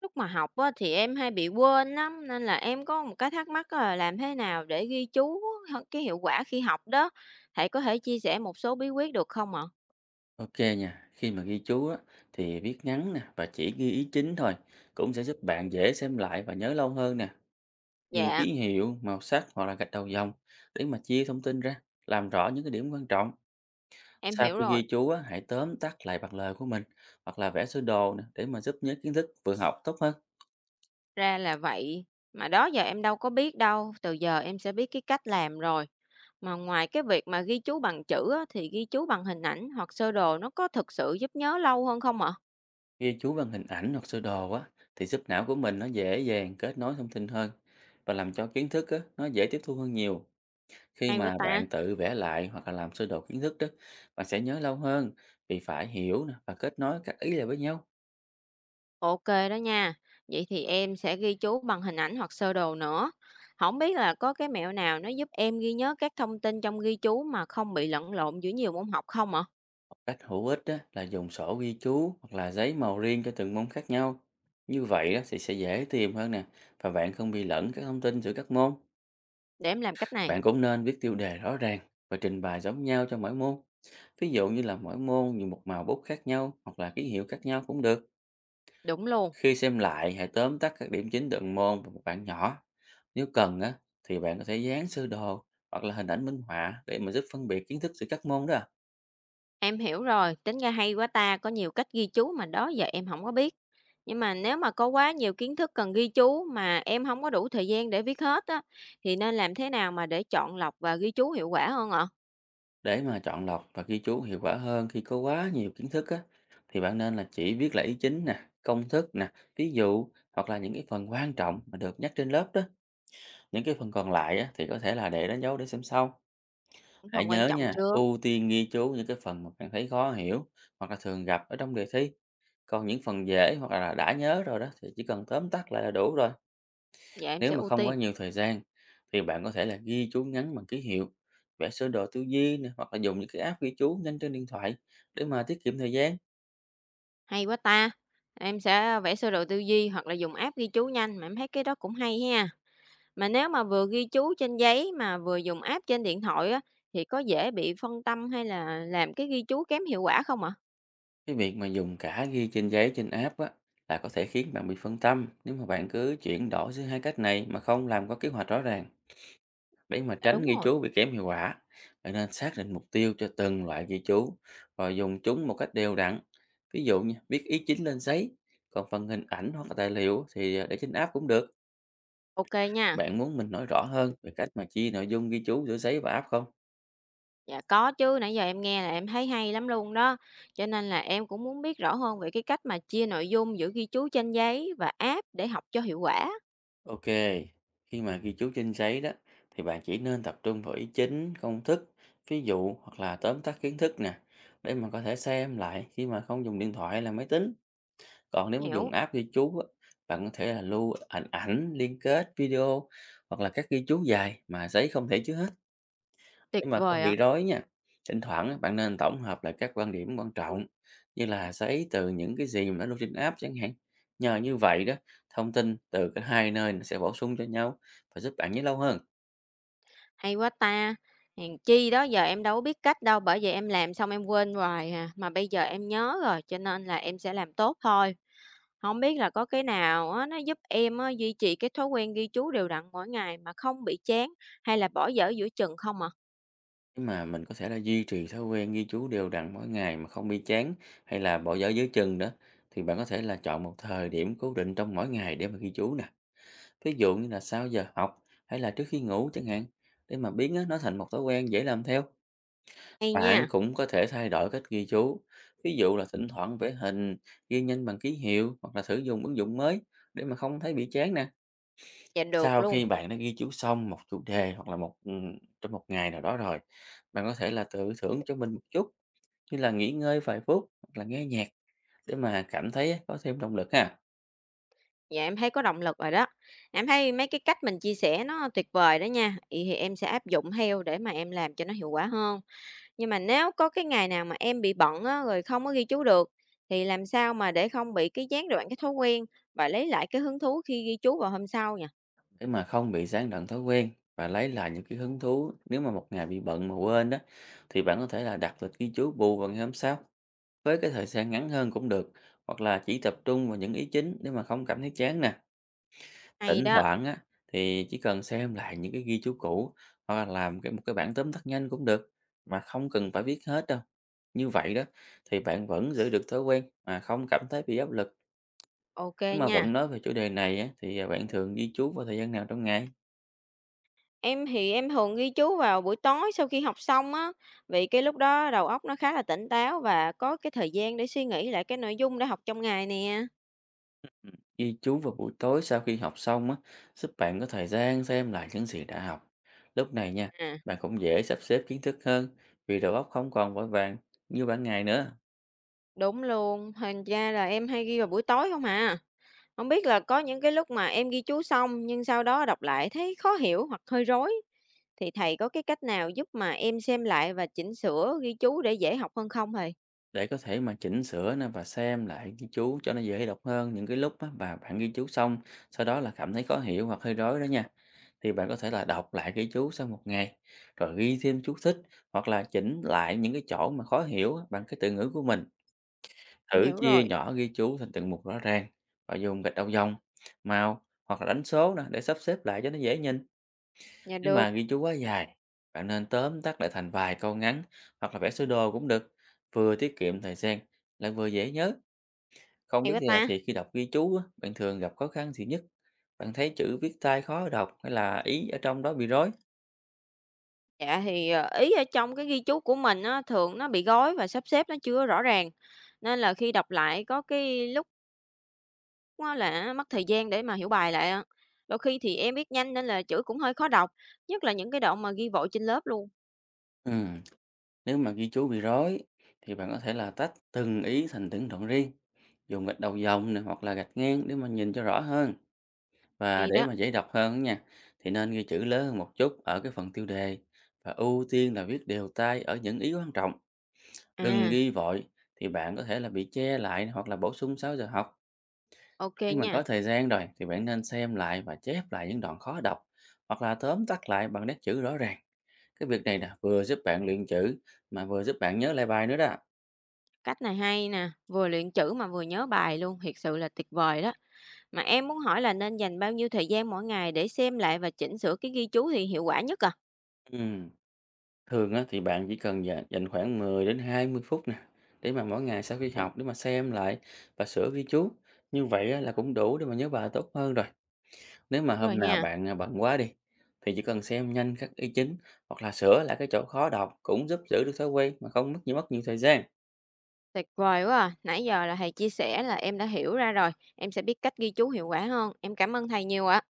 Lúc mà học á, thì em hay bị quên lắm, nên là em có một cái thắc mắc là làm thế nào để ghi chú cái hiệu quả khi học đó? Thầy có thể chia sẻ một số bí quyết được không ạ? Ok nha, khi mà ghi chú á, thì viết ngắn nè và chỉ ghi ý chính thôi cũng sẽ giúp bạn dễ xem lại và nhớ lâu hơn nè. Dùng Dạ, ký hiệu, màu sắc hoặc là gạch đầu dòng để mà chia thông tin ra, làm rõ những cái điểm quan trọng. em Sau hiểu khi rồi. ghi chú á, hãy tóm tắt lại bằng lời của mình hoặc là vẽ sơ đồ nè để mà giúp nhớ kiến thức vừa học tốt hơn. Ra là vậy. Mà đó giờ em đâu có biết đâu. Từ giờ em sẽ biết cái cách làm rồi. Mà ngoài cái việc mà ghi chú bằng chữ á, thì ghi chú bằng hình ảnh hoặc sơ đồ nó có thực sự giúp nhớ lâu hơn không ạ? Ghi chú bằng hình ảnh hoặc sơ đồ á thì giúp não của mình nó dễ dàng kết nối thông tin hơn và làm cho kiến thức á, nó dễ tiếp thu hơn nhiều. Khi Hay quá mà ta. bạn tự vẽ lại hoặc là làm sơ đồ kiến thức đó, bạn sẽ nhớ lâu hơn vì phải hiểu nè và kết nối các ý lại với nhau. OK đó nha. Vậy thì em sẽ ghi chú bằng hình ảnh hoặc sơ đồ nữa. Không biết là có cái mẹo nào nó giúp em ghi nhớ các thông tin trong ghi chú mà không bị lẫn lộn giữa nhiều môn học không ạ? Một cách hữu ích đó là dùng sổ ghi chú hoặc là giấy màu riêng cho từng môn khác nhau. Như vậy đó thì sẽ dễ tìm hơn nè và bạn không bị lẫn các thông tin giữa các môn. Để em làm cách này. Bạn cũng nên viết tiêu đề rõ ràng và trình bày giống nhau cho mỗi môn. Ví dụ như là mỗi môn dùng một màu bút khác nhau hoặc là ký hiệu khác nhau cũng được. Đúng luôn. Khi xem lại, hãy tóm tắt các điểm chính từng môn vào một bảng nhỏ. Nếu cần á, thì bạn có thể dán sơ đồ hoặc là hình ảnh minh họa để mà giúp phân biệt kiến thức giữa các môn đó. Em hiểu rồi. Tính ra hay quá ta. Có nhiều cách ghi chú mà đó giờ em không có biết. Nhưng mà nếu mà có quá nhiều kiến thức cần ghi chú mà em không có đủ thời gian để viết hết á, thì nên làm thế nào mà để chọn lọc và ghi chú hiệu quả hơn ạ? Để mà chọn lọc và ghi chú hiệu quả hơn khi có quá nhiều kiến thức á, thì bạn nên là chỉ viết lại ý chính nè, công thức nè, ví dụ hoặc là những cái phần quan trọng mà được nhắc trên lớp đó. Những cái phần còn lại á, thì có thể là để đánh dấu để xem sau. Hãy Phần quan nhớ trọng nha, trước. ưu tiên ghi chú những cái phần mà bạn thấy khó hiểu hoặc là thường gặp ở trong đề thi. Còn những phần dễ hoặc là đã nhớ rồi đó thì chỉ cần tóm tắt lại là đủ rồi. Dạ em Nếu sẽ mà ưu không có tiên. nhiều thời gian thì bạn có thể là ghi chú ngắn bằng ký hiệu, vẽ sơ đồ tư duy nè, hoặc là dùng những cái app ghi chú nhanh trên điện thoại để mà tiết kiệm thời gian. Hay quá ta! Em sẽ vẽ sơ đồ tư duy hoặc là dùng app ghi chú nhanh, mà em thấy cái đó cũng hay ha. Mà nếu mà vừa ghi chú trên giấy mà vừa dùng app trên điện thoại á, thì có dễ bị phân tâm hay là làm cái ghi chú kém hiệu quả không ạ? Cái việc mà dùng cả ghi trên giấy trên app á là có thể khiến bạn bị phân tâm nếu mà bạn cứ chuyển đổi giữa hai cách này mà không làm có kế hoạch rõ ràng. Để mà Dạ tránh đúng ghi rồi. chú bị kém hiệu quả, bạn nên xác định mục tiêu cho từng loại ghi chú và dùng chúng một cách đều đặn. Ví dụ như viết ý chính lên giấy, còn phần hình ảnh hoặc là tài liệu thì à, để trên app cũng được. Ok nha. Bạn muốn mình nói rõ hơn về cách mà chia nội dung ghi chú giữa giấy và app không? Dạ có chứ, nãy giờ em nghe là em thấy hay lắm luôn đó. Cho nên là em cũng muốn biết rõ hơn về cái cách mà chia nội dung giữa ghi chú trên giấy và app để học cho hiệu quả. Ok, khi mà ghi chú trên giấy đó thì bạn chỉ nên tập trung vào ý chính, công thức, ví dụ hoặc là tóm tắt kiến thức nè để mà có thể xem lại khi mà không dùng điện thoại hay là máy tính. Còn nếu mà Hiểu, dùng app ghi chú á, bạn có thể là lưu hình ảnh, liên kết, video hoặc là các ghi chú dài mà giấy không thể chứa hết để tuyệt mà không vời ạ. bị rối nha. Thỉnh thoảng á, bạn nên tổng hợp lại các quan điểm quan trọng như là giấy từ những cái gì mà đã lưu trên app chẳng hạn. Nhờ như vậy đó, thông tin từ cả hai nơi nó sẽ bổ sung cho nhau và giúp bạn nhớ lâu hơn. Hay quá ta! Hèn chi đó giờ em đâu có biết cách đâu, bởi vậy em làm xong em quên hoài à, mà bây giờ em nhớ rồi, cho nên là em sẽ làm tốt thôi. Không biết là có cái nào á, nó giúp em á, duy trì cái thói quen ghi chú đều đặn mỗi ngày mà không bị chán hay là bỏ dở giữa chừng không ạ? Nhưng mà mình có thể là duy trì thói quen ghi chú đều đặn mỗi ngày mà không bị chán hay là bỏ dở dưới chừng đó, thì bạn có thể là chọn một thời điểm cố định trong mỗi ngày để mà ghi chú nè. Ví dụ như là sau giờ học hay là trước khi ngủ chẳng hạn, để mà biến á, nó thành một thói quen dễ làm theo. Hay nha, Bạn cũng có thể thay đổi cách ghi chú. Ví dụ là thỉnh thoảng vẽ hình, ghi nhanh bằng ký hiệu hoặc là thử dùng ứng dụng mới để mà không thấy bị chán nè. dạ được Sau luôn, khi bạn đã ghi chú xong một chủ đề hoặc là một trong một ngày nào đó rồi, bạn có thể là tự thưởng cho mình một chút như là nghỉ ngơi vài phút hoặc là nghe nhạc để mà cảm thấy có thêm động lực ha. dạ em thấy có động lực rồi đó. Em thấy mấy cái cách mình chia sẻ nó tuyệt vời đó nha, vậy thì em sẽ áp dụng theo để mà em làm cho nó hiệu quả hơn. Nhưng mà nếu có cái ngày nào mà em bị bận á, rồi không có ghi chú được, thì làm sao mà để không bị cái gián đoạn cái thói quen và lấy lại cái hứng thú khi ghi chú vào hôm sau nhỉ? Để mà không bị gián đoạn thói quen và lấy lại những cái hứng thú nếu mà một ngày bị bận mà quên đó, thì bạn có thể là đặt lịch ghi chú bù vào ngày hôm sau với cái thời gian ngắn hơn cũng được, hoặc là chỉ tập trung vào những ý chính để mà không cảm thấy chán nè. Thỉnh Hay đó, thoảng á, thì chỉ cần xem lại những cái ghi chú cũ hoặc là làm cái một cái bảng tóm tắt nhanh cũng được, mà không cần phải viết hết đâu. Như vậy đó thì bạn vẫn giữ được thói quen mà không cảm thấy bị áp lực. ok Nếu mà nha. vẫn nói về chủ đề này á, thì à, bạn thường ghi chú vào thời gian nào trong ngày? Em thì em thường ghi chú vào buổi tối sau khi học xong á, vì cái lúc đó đầu óc nó khá là tỉnh táo và có cái thời gian để suy nghĩ lại cái nội dung đã học trong ngày nè. Ghi chú vào buổi tối sau khi học xong á, giúp bạn có thời gian xem lại những gì đã học. Lúc này nha, À. bạn cũng dễ sắp xếp kiến thức hơn vì đầu óc không còn vội vàng như ban ngày nữa. Đúng luôn, thành ra là em hay ghi vào buổi tối không à. Không biết là có những cái lúc mà em ghi chú xong nhưng sau đó đọc lại thấy khó hiểu hoặc hơi rối, thì thầy có cái cách nào giúp mà em xem lại và chỉnh sửa ghi chú để dễ học hơn không thầy? Để có thể mà chỉnh sửa nè và xem lại ghi chú cho nó dễ đọc hơn những cái lúc á mà bạn ghi chú xong, sau đó là cảm thấy khó hiểu hoặc hơi rối đó nha, thì bạn có thể là đọc lại ghi chú sau một ngày, rồi ghi thêm chú thích hoặc là chỉnh lại những cái chỗ mà khó hiểu á bằng cái từ ngữ của mình. Em Thử hiểu chia rồi, nhỏ ghi chú thành từng mục rõ ràng và dùng gạch đầu dòng, màu hoặc là đánh số nè để sắp xếp lại cho nó dễ nhìn. dạ Nếu mà được, ghi chú quá dài, bạn nên tóm tắt lại thành vài câu ngắn hoặc là vẽ sơ đồ cũng được, vừa tiết kiệm thời gian lại vừa dễ nhớ. Không hay biết quá là ta. thì khi đọc ghi chú á, bạn thường gặp khó khăn gì nhất? Bạn thấy chữ viết tay khó đọc hay là ý ở trong đó bị rối? Dạ thì, ý ở trong cái ghi chú của mình á, thường nó bị gói và sắp xếp nó chưa rõ ràng, nên là khi đọc lại có cái lúc đúng là mất thời gian để mà hiểu bài lại á. Đôi khi thì em viết nhanh nên là chữ cũng hơi khó đọc, nhất là những cái đoạn mà ghi vội trên lớp luôn. Ừm, Nếu mà ghi chú bị rối thì bạn có thể là tách từng ý thành từng đoạn riêng, dùng gạch đầu dòng này hoặc là gạch ngang để mà nhìn cho rõ hơn. Và Hay để đó. mà dễ đọc hơn á nha, thì nên ghi chữ lớn hơn một chút ở cái phần tiêu đề và ưu tiên là viết đều tay ở những ý quan trọng. Đừng À, ghi vội thì bạn có thể là bị che lại hoặc là bổ sung 6 giờ học. ok Khi mà nha. có thời gian rồi thì bạn nên xem lại và chép lại những đoạn khó đọc hoặc là tóm tắt lại bằng nét chữ rõ ràng. Cái việc này là vừa giúp bạn luyện chữ mà vừa giúp bạn nhớ lại bài nữa đó. Cách này hay nè, vừa luyện chữ mà vừa nhớ bài luôn, thiệt sự là tuyệt vời đó. Mà em muốn hỏi là nên dành bao nhiêu thời gian mỗi ngày để xem lại và chỉnh sửa cái ghi chú thì hiệu quả nhất à? Ừm. Thường á, thì bạn chỉ cần dành dành khoảng 10 đến 20 phút nè để mà mỗi ngày sau khi học để mà xem lại và sửa ghi chú. Như vậy á, là cũng đủ để mà nhớ bài tốt hơn rồi. Nếu mà Đúng rồi hôm nào nha, bạn à, bận quá đi thì chỉ cần xem nhanh các ý chính hoặc là sửa lại cái chỗ khó đọc cũng giúp giữ được thói quen mà không mất nhiều thời gian. tuyệt vời quá à. Nãy giờ là thầy chia sẻ là em đã hiểu ra rồi, em sẽ biết cách ghi chú hiệu quả hơn. Em cảm ơn thầy nhiều ạ.